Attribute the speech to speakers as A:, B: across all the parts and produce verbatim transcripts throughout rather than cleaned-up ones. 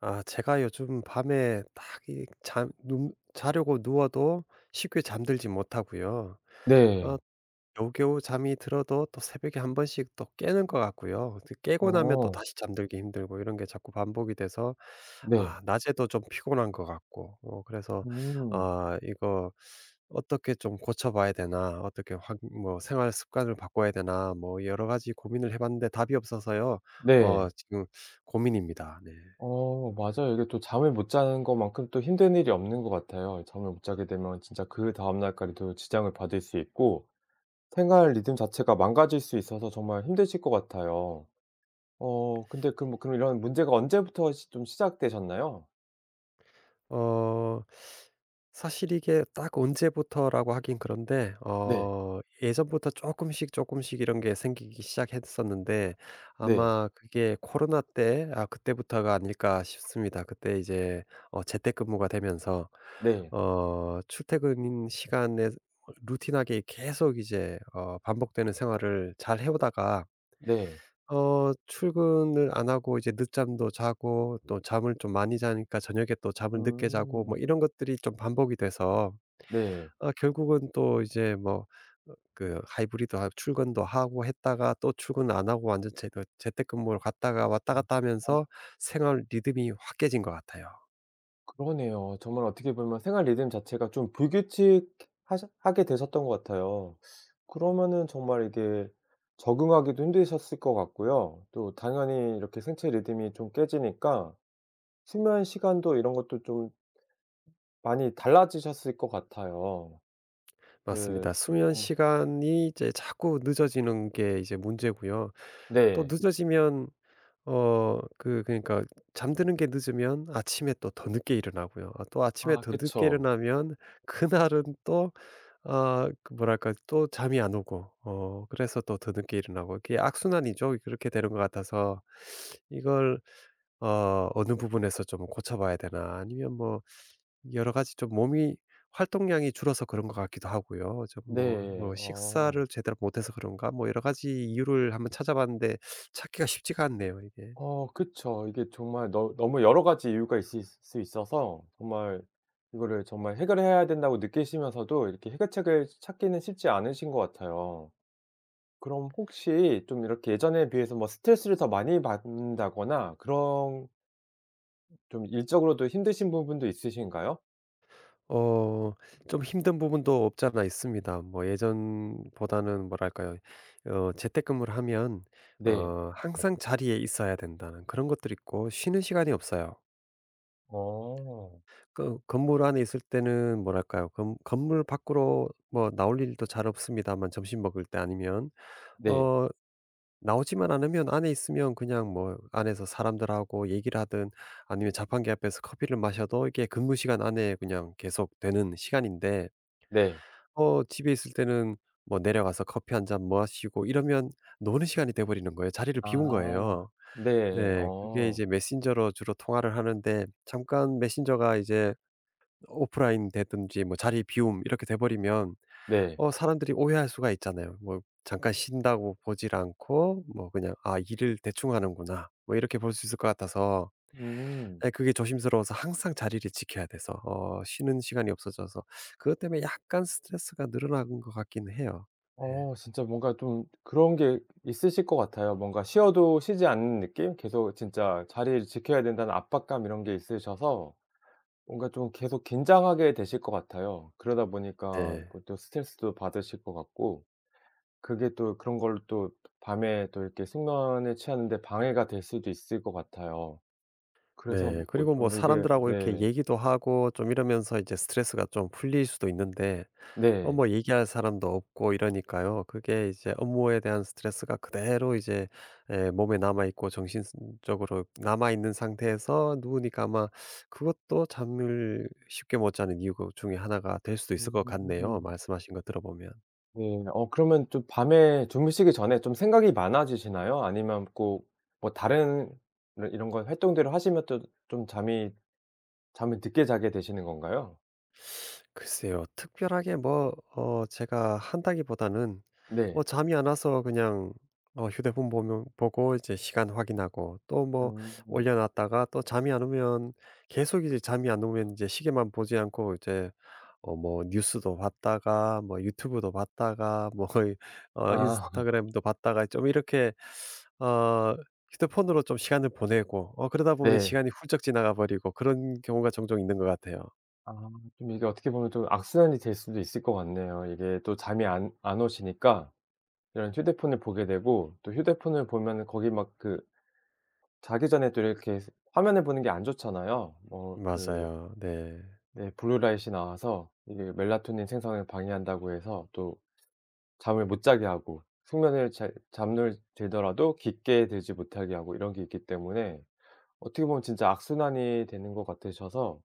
A: 아 제가 요즘 밤에 딱 이 잠 눈 자려고 누워도 쉽게 잠들지 못하고요. 어
B: 네.
A: 겨우겨우 잠이 들어도 또 새벽에 한 번씩 또 깨는 것 같고요. 또 깨고 나면 또
B: 어
A: 다시 잠들기 힘들고 이런 게 자꾸 반복이 돼서
B: 네.
A: 아 낮에도 좀 피곤한 것 같고 어 그래서
B: 음.
A: 아 이거 '어떻게 좀 고쳐 봐야 되나? 어떻게 확 뭐 생활 습관을 바꿔야 되나?' 뭐 여러 가지 고민을 해 봤는데 답이 없어서요. 어
B: 네.
A: 지금 고민입니다. 네.
B: 어 맞아요. 이게 또 잠을 못 자는 것만큼 또 힘든 일이 없는 것 같아요. 잠을 못 자게 되면 진짜 그다음 날까지도 지장을 받을 수 있고 생활 리듬 자체가 망가질 수 있어서 정말 힘드실 것 같아요. 어 근데 그 뭐 그럼 이런 문제가 언제부터 시 좀 시작되셨나요?
A: 어 사실 이게 딱 언제부터라고 하긴 그런데
B: 네.
A: 어 예전부터 조금씩 조금씩 이런 게 생기기 시작했었는데
B: 네.
A: 아마 그게 코로나 때, 아 그때부터가 아닐까 싶습니다. 그때 이제 어 재택근무가 되면서
B: 네.
A: 어 출퇴근 시간에 루틴하게 계속 이제 어 반복되는 생활을 잘 해 오다가
B: 네.
A: 어 출근을 안 하고 이제 늦잠도 자고 또 잠을 좀 많이 자니까 저녁에 또 잠을 늦게 자고 뭐
B: 음.
A: 이런 것들이 좀 반복이 돼서
B: 네.
A: 아 결국은 또 이제 뭐 어 그 하이브리드 하 출근도 하고 했다가 또 출근 안 하고 완전 재 재택근무를 갔다가 왔다 갔다 하면서 생활 리듬이 확 깨진 것 같아요.
B: 그러네요. 정말 어떻게 보면 생활 리듬 자체가 좀 불규칙하게 되셨던 것 같아요. 그러면은 정말 이게 적응하기도 힘드셨을 것 같고요. 또 당연히 이렇게 생체 리듬이 좀 깨지니까 수면 시간도 이런 것도 좀 많이 달라지셨을 것 같아요. 네.
A: 맞습니다. 수면
B: 정말.
A: 시간이 이제 자꾸 늦어지는 게 이제 문제고요. 또
B: 네.
A: 늦어지면 어 그 그러니까 잠드는 게 늦으면 아침에 또 더 늦게 일어나고요. 아 또 아침에
B: 아
A: 더 늦게
B: 그쵸.
A: 일어나면 그날은 또 아 그 뭐랄까 또 잠이 안 오고 어 그래서 또 더 늦게 일어나고 이게 악순환이죠. 그렇게 되는 것 같아서 이걸 어 '어느 부분에서 좀 고쳐 봐야 되나.' 아니면 뭐 여러 가지 좀 몸이 활동량이 줄어서 그런 것 같기도 하고요. 좀 뭐
B: 네.
A: 뭐
B: 어.
A: 식사를 제대로 못해서 그런가 뭐 여러 가지 이유를 한번 찾아봤는데 찾기가 쉽지가 않네요 이게.
B: 어 그쵸. 이게 정말 너 너무 여러 가지 이유가 있을 수 있어서 정말 이거를 정말 해결해야 된다고 느끼시면서도 이렇게 해결책을 찾기는 쉽지 않으신 것 같아요. 그럼 혹시 좀 이렇게 예전에 비해서 뭐 스트레스를 더 많이 받는다거나 그런 좀 일적으로도 힘드신 부분도 있으신가요?
A: 어 좀 힘든 부분도 없지 않아 있습니다. 뭐 예전보다는 뭐랄까요? 어 재택근무를 하면
B: 네.
A: 어 항상 자리에 있어야 된다는 그런 것들이 있고 쉬는 시간이 없어요.
B: 어.
A: 그 건물 안에 있을 때는 뭐랄까요? 건 건물 밖으로 뭐 나올 일도 잘 없습니다만, 점심 먹을 때 아니면
B: 네.
A: 어 나오지만 않으면 안에 있으면 그냥 뭐 안에서 사람들하고 얘기를 하든 아니면 자판기 앞에서 커피를 마셔도 이게 근무 시간 안에 그냥 계속 되는 시간인데
B: 네.
A: 어 집에 있을 때는 뭐 내려가서 커피 한잔 마시고 이러면 노는 시간이 돼 버리는 거예요. 자리를 비운
B: 아.
A: 거예요.
B: 네.
A: 네. 그게
B: 어.
A: 이제 메신저로 주로 통화를 하는데 잠깐 메신저가 이제 오프라인 되든지 뭐 자리 비움 이렇게 돼 버리면
B: 네.
A: 어 사람들이 오해할 수가 있잖아요. 뭐 잠깐 쉰다고 보질 않고 뭐 그냥 '아 일을 대충 하는구나.' 뭐 이렇게 볼 수 있을 것 같아서,
B: 음.
A: 예, 그게 조심스러워서 항상 자리를 지켜야 돼서 어 쉬는 시간이 없어져서 그것 때문에 약간 스트레스가 늘어난 것 같긴 해요. 네.
B: 어 진짜 뭔가 좀 그런 게 있으실 것 같아요. 뭔가 쉬어도 쉬지 않는 느낌? 계속 진짜 자리를 지켜야 된다는 압박감 이런 게 있으셔서 뭔가 좀 계속 긴장하게 되실 것 같아요. 그러다 보니까
A: 네.
B: 뭐 또 스트레스도 받으실 것 같고, 그게 또 그런 걸로 또 밤에 또 이렇게 숙면에 취하는 데 방해가 될 수도 있을 것 같아요. 그래서
A: 네.
B: 뭐
A: 그리고 뭐
B: 좀 이게,
A: 사람들하고 이렇게
B: 네.
A: 얘기도 하고 좀 이러면서 이제 스트레스가 좀 풀릴 수도 있는데 어
B: 네.
A: 뭐 얘기할 사람도 없고 이러니까요. 그게 이제 업무에 대한 스트레스가 그대로 이제 에, 몸에 남아 있고 정신적으로 남아 있는 상태에서 누우니까 아마 그것도 잠을 쉽게 못 자는 이유 그 중에 하나가 될 수도 있을 것 같네요,
B: 음.
A: 말씀하신 거 들어보면.
B: 네. 어 그러면 좀 밤에 주무시기 전에 좀 생각이 많아지시나요? 아니면 꼭 뭐 다른 이런 이런 걸 활동들을 하시면 또 좀 잠이 잠을 늦게 자게 되시는 건가요?
A: 글쎄요. 특별하게 뭐 어 제가 한다기보다는 어
B: 네.
A: 잠이 안 와서 그냥 어 휴대폰 보면 보고 이제 시간 확인하고 또 뭐
B: 음.
A: 올려 놨다가 또 잠이 안 오면 계속 이제 잠이 안 오면 이제 시계만 보지 않고 이제 어 뭐 뉴스도 봤다가 뭐 유튜브도 봤다가 뭐 어
B: 아
A: 인스타그램도 봤다가 좀 이렇게 어 휴대폰으로 좀 시간을 보내고 어 그러다 보면
B: 네.
A: 시간이 훌쩍 지나가 버리고 그런 경우가 종종 있는 것 같아요.
B: 아 좀 이게 어떻게 보면 좀 악순환이 될 수도 있을 것 같네요. 이게 또 잠이 안 안 오시니까 이런 휴대폰을 보게 되고, 또 휴대폰을 보면은 거기 막 그 자기 전에 또 이렇게 화면을 보는 게 안 좋잖아요. 뭐그
A: 맞아요. 네.
B: 네. 블루라이트이 나와서 이게 멜라토닌 생성을 방해한다고 해서 또 잠을 못 자게 하고, 숙면을 잘 잠을 들더라도 깊게 들지 못하게 하고, 이런 게 있기 때문에 어떻게 보면 진짜 악순환이 되는 것 같으셔서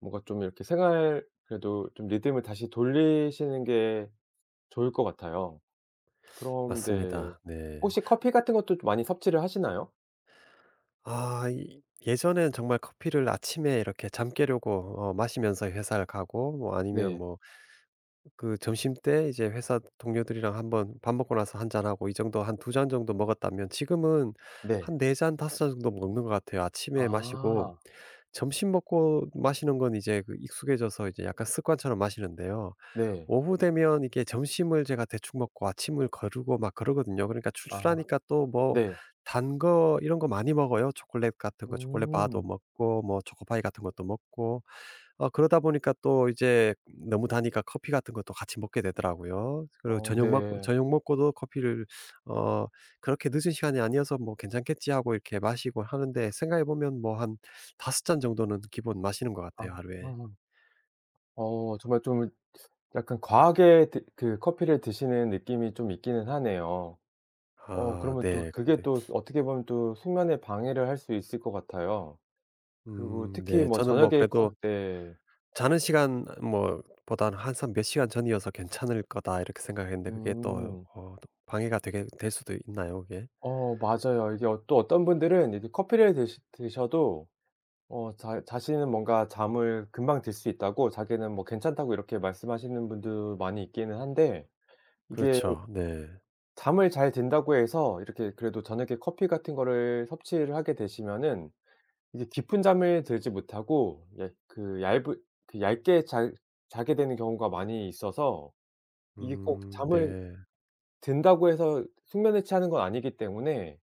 B: 뭔가 좀 이렇게 생활 그래도 좀 리듬을 다시 돌리시는 게 좋을 것 같아요. 그럼 네.
A: 맞습니다. 네.
B: 혹시 커피 같은 것도 좀 많이 섭취를 하시나요?
A: 아 이 예전엔 정말 커피를 아침에 이렇게 잠 깨려고 어 마시면서 회사를 가고 뭐 아니면
B: 네.
A: 뭐 그 점심때 이제 회사 동료들이랑 한번 밥 먹고 나서 한 잔하고, 이 정도 한 두 잔 정도 먹었다면 지금은
B: 네.
A: 한 네 잔 다섯 잔 정도 먹는 것 같아요. 아침에 마시고
B: 아.
A: 점심 먹고 마시는 건 이제 그 익숙해져서 이제 약간 습관처럼 마시는데요.
B: 네.
A: 오후 되면 이게 점심을 제가 대충 먹고 아침을 거르고 막 그러거든요. 그러니까
B: 아.
A: 출출하니까 또 뭐
B: 네.
A: 단 거 이런 거 많이 먹어요. 초콜릿 같은 거, 초콜릿 바도
B: 음.
A: 먹고 뭐 초코파이 같은 것도 먹고 어 그러다 보니까 또 이제 너무 다니까 커피 같은 것도 같이 먹게 되더라고요. 그리고
B: 어
A: 저녁 먹고
B: 네.
A: 저녁 먹고도 커피를 어 그렇게 늦은 시간이 아니어서 뭐 '괜찮겠지.' 하고 이렇게 마시고 하는데, 생각해 보면 뭐 한 다섯 잔 정도는 기본 마시는 것
B: 아.
A: 같아요 하루에.
B: 아. 어 정말 좀 약간 과하게 드 그 커피를 드시는 느낌이 좀 있기는 하네요. 어
A: 아
B: 그러면 또
A: 네.
B: 그게
A: 근데
B: 또 어떻게 보면 또 숙면에 방해를 할 수 있을 것 같아요. 그리고
A: 음
B: 특히
A: 네.
B: 뭐
A: 저는 뭐
B: 저녁에
A: 그래도
B: 커 네.
A: 자는 시간 뭐 보단 항상 몇 시간 전이어서 '괜찮을 거다.' 이렇게 생각했는데 그게 또
B: 음.
A: 어 또 방해가 되게 될 수도 있나요 그게?
B: 어 맞아요. 이게 어 또 어떤 분들은 이렇게 커피를 드시 드셔도 어 자 자신은 뭔가 잠을 금방 들 수 있다고, 자기는 뭐 괜찮다고 이렇게 말씀하시는 분도 많이 있기는 한데, 이게
A: 그렇죠. 네.
B: 잠을 잘 든다고 해서 이렇게 그래도 저녁에 커피 같은 거를 섭취를 하게 되시면은 이게 깊은 잠을 들지 못하고, 예 그 얇은 그 얇게 잘 자게 되는 경우가 많이 있어서 이게 꼭
A: 음
B: 잠을
A: 네.
B: 든다고 해서 숙면에 취하는 건 아니기 때문에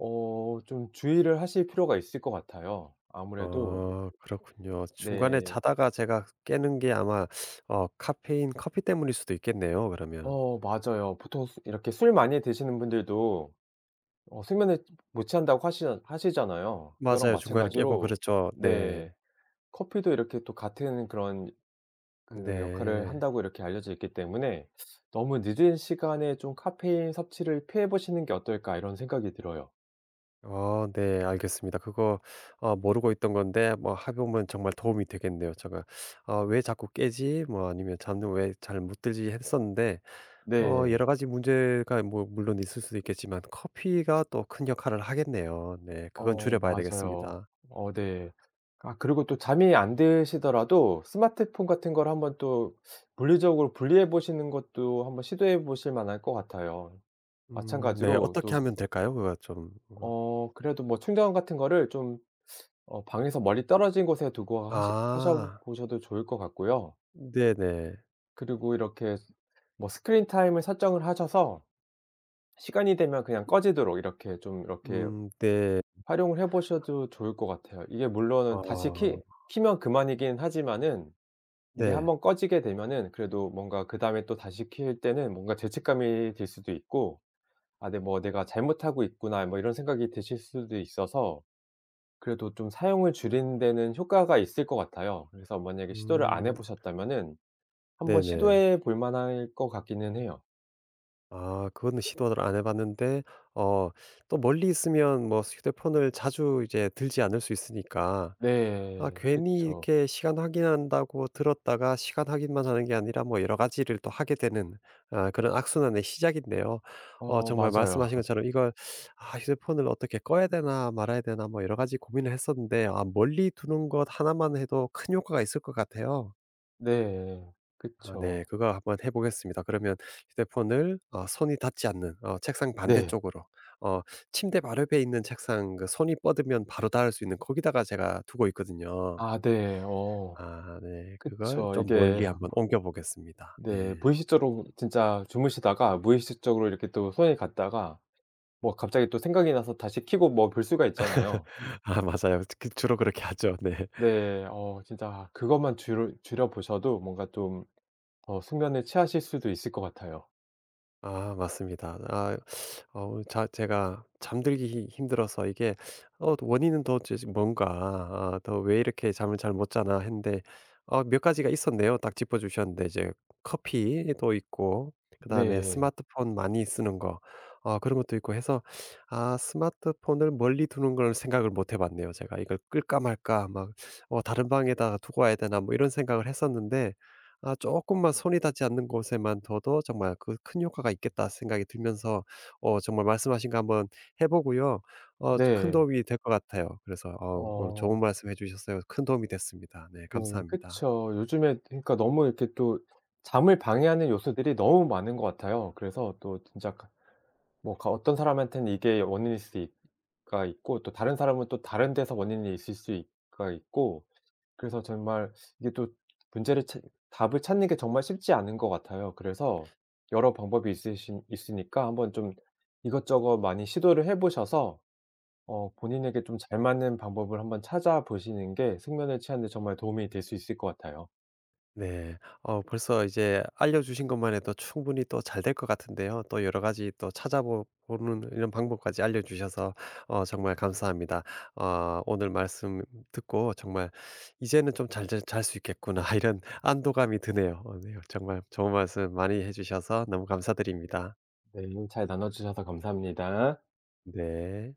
B: 어 좀 주의를 하실 필요가 있을 것 같아요. 아무래도.
A: 아 그렇군요. 중간에
B: 네.
A: 자다가 제가 깨는 게 아마 어 카페인 커피 때문일 수도 있겠네요 그러면.
B: 어 맞아요. 보통 수 이렇게 술 많이 드시는 분들도 어 숙면에 못 취한다고 하시잖 하시잖아요. 그거랑
A: 맞아요. 중간에 깨고,
B: 마찬가지로
A: 그렇죠. 네.
B: 네. 커피도 이렇게 또 같은 그런 그 역할을
A: 네.
B: 한다고 이렇게 알려져 있기 때문에 '너무 늦은 시간에 좀 카페인 섭취를 피해 보시는 게 어떨까.' 이런 생각이 들어요.
A: 어 네 알겠습니다. 그거 어 모르고 있던 건데 뭐 해 보면 정말 도움이 되겠네요. 제가 어, '왜 자꾸 깨지?' 뭐 아니면 '잠을 왜 잘 못 들지?' 했었는데 어
B: 네.
A: 여러 가지 문제가 뭐 물론 있을 수도 있겠지만 커피가 또 큰 역할을 하겠네요. 네, 그건 줄여
B: 어
A: 봐야
B: 맞아요.
A: 되겠습니다.
B: 어 네. 아 그리고 또 잠이 안 드시더라도 스마트폰 같은 걸 한번 또 물리적으로 분리해 보시는 것도 한번 시도해 보실 만할 것 같아요.
A: 음 네,
B: 마찬가지로
A: 어떻게
B: 또
A: 하면 될까요? 그거 좀 어
B: 어 그래도 뭐 충전 같은 거를 좀 어 방에서 멀리 떨어진 곳에 두고 하시 하셔
A: 아
B: 보셔도 좋을 것 같고요.
A: 네네.
B: 그리고 이렇게 뭐 스크린 타임을 설정을 하셔서 시간이 되면 그냥 꺼지도록 이렇게 좀 이렇게
A: 음 네.
B: 활용을 해 보셔도 좋을 것 같아요. 이게 물론은 다시 키
A: 어
B: 키면 그만이긴 하지만은, 이게 한
A: 네.
B: 번 꺼지게 되면은 그래도 뭔가 그다음에 또 다시 킬 때는 뭔가 죄책감이 들 수도 있고 '아 네 뭐 내가 잘못하고 있구나.' 뭐 이런 생각이 드실 수도 있어서 그래도 좀 사용을 줄이는 데는 효과가 있을 것 같아요. 그래서 만약에 시도를 안
A: 음
B: 해 보셨다면은 한번
A: 네네.
B: 시도해 볼 만할 것 같기는 해요.
A: 아 그거는 시도를 안해 봤는데 어 또 멀리 있으면 뭐 휴대폰을 자주 이제 들지 않을 수 있으니까 아
B: 네.
A: 괜히
B: 그쵸.
A: 이렇게 시간 확인한다고 들었다가 시간 확인만 하는 게 아니라 뭐 여러 가지를 또 하게 되는, 아 그런 악순환의 시작인데요. 어
B: 어
A: 정말
B: 맞아요.
A: 말씀하신 것처럼 이걸 '아 휴대폰을 어떻게 꺼야 되나 말아야 되나.' 뭐 여러 가지 고민을 했었는데, 아 멀리 두는 것 하나만 해도 큰 효과가 있을 것 같아요.
B: 네.
A: 아 네.
B: 그쵸.
A: 그거 한번 해 보겠습니다. 그러면 휴대폰을 어 손이 닿지 않는 어 책상
B: 네.
A: 반대쪽으로, 어 침대 바로 옆에 있는 책상 그 손이 뻗으면 바로 닿을 수 있는 거기다가 제가 두고 있거든요.
B: 아 네. 어
A: 아 네. 그걸
B: 그쵸.
A: 좀
B: 이게
A: 멀리 한번 옮겨 보겠습니다.
B: 네
A: 네.
B: 무의식적으로, 진짜 주무시다가 무의식적으로 이렇게 또 손이 갔다가 뭐 갑자기 또 생각이 나서 다시 켜고 뭐 볼 수가 있잖아요.
A: 아 맞아요. 그 주로 그렇게 하죠. 네.
B: 네. 어 진짜 그것만 줄여 줄여 보셔도 뭔가 좀 더 숙면을 취하실 수도 있을 것 같아요.
A: 아 맞습니다. 아 어 자, 제가 잠들기 히 힘들어서 이게 어 원인은 도대체 지금 뭔가, 아 더 '왜 이렇게 잠을 잘 못 자나.' 했는데 어 몇 가지가 있었네요. 딱 짚어 주셨는데, 이제 커피도 있고 그다음에
B: 네.
A: 스마트폰 많이 쓰는 거, 어 그런 것도 있고 해서 아 스마트폰을 멀리 두는 걸 생각을 못 해 봤네요 제가. '이걸 끌까 말까 막 어 다른 방에다가 두고 와야 되나.' 뭐 이런 생각을 했었는데, 아 조금만 손이 닿지 않는 곳에만 둬도 정말 그 '큰 효과가 있겠다.' 생각이 들면서 어 정말 말씀하신 거 한번 해 보고요. 어 큰
B: 네.
A: 도움이 될 것 같아요. 그래서 어 오늘 좋은
B: 어.
A: 말씀 해주셨어요. 큰 도움이 됐습니다. 네,
B: 네.
A: 감사합니다.
B: 그쵸. 요즘에 그러니까 너무 이렇게 또 잠을 방해하는 요소들이 너무 많은 것 같아요. 그래서 또 진짜 가 뭐 가 어떤 사람한테는 이게 원인일 수 있 가 있고, 또 다른 사람은 또 다른 데서 원인이 있을 수 있 가 있고, 그래서 정말 이게 또 문제를 찾 답을 찾는 게 정말 쉽지 않은 것 같아요. 그래서 여러 방법이 있으신 있으니까 한번 좀 이것저것 많이 시도를 해 보셔서 어 본인에게 좀 잘 맞는 방법을 한번 찾아보시는 게 숙면을 취하는 데 정말 도움이 될 수 있을 것 같아요.
A: 네. 어 벌써 이제 알려주신 것만 해도 충분히 또 잘 될 것 같은데요. 또 여러 가지 또 찾아보 는 이런 방법까지 알려주셔서 어 정말 감사합니다. 어 오늘 말씀 듣고 정말 '이제는 좀 잘 잘 잘 수 있겠구나.' 이런 안도감이 드네요. 어 네. 정말 좋은 말씀 많이 해 주셔서 너무 감사드립니다.
B: 네. 잘 나눠 주셔서 감사합니다.
A: 네.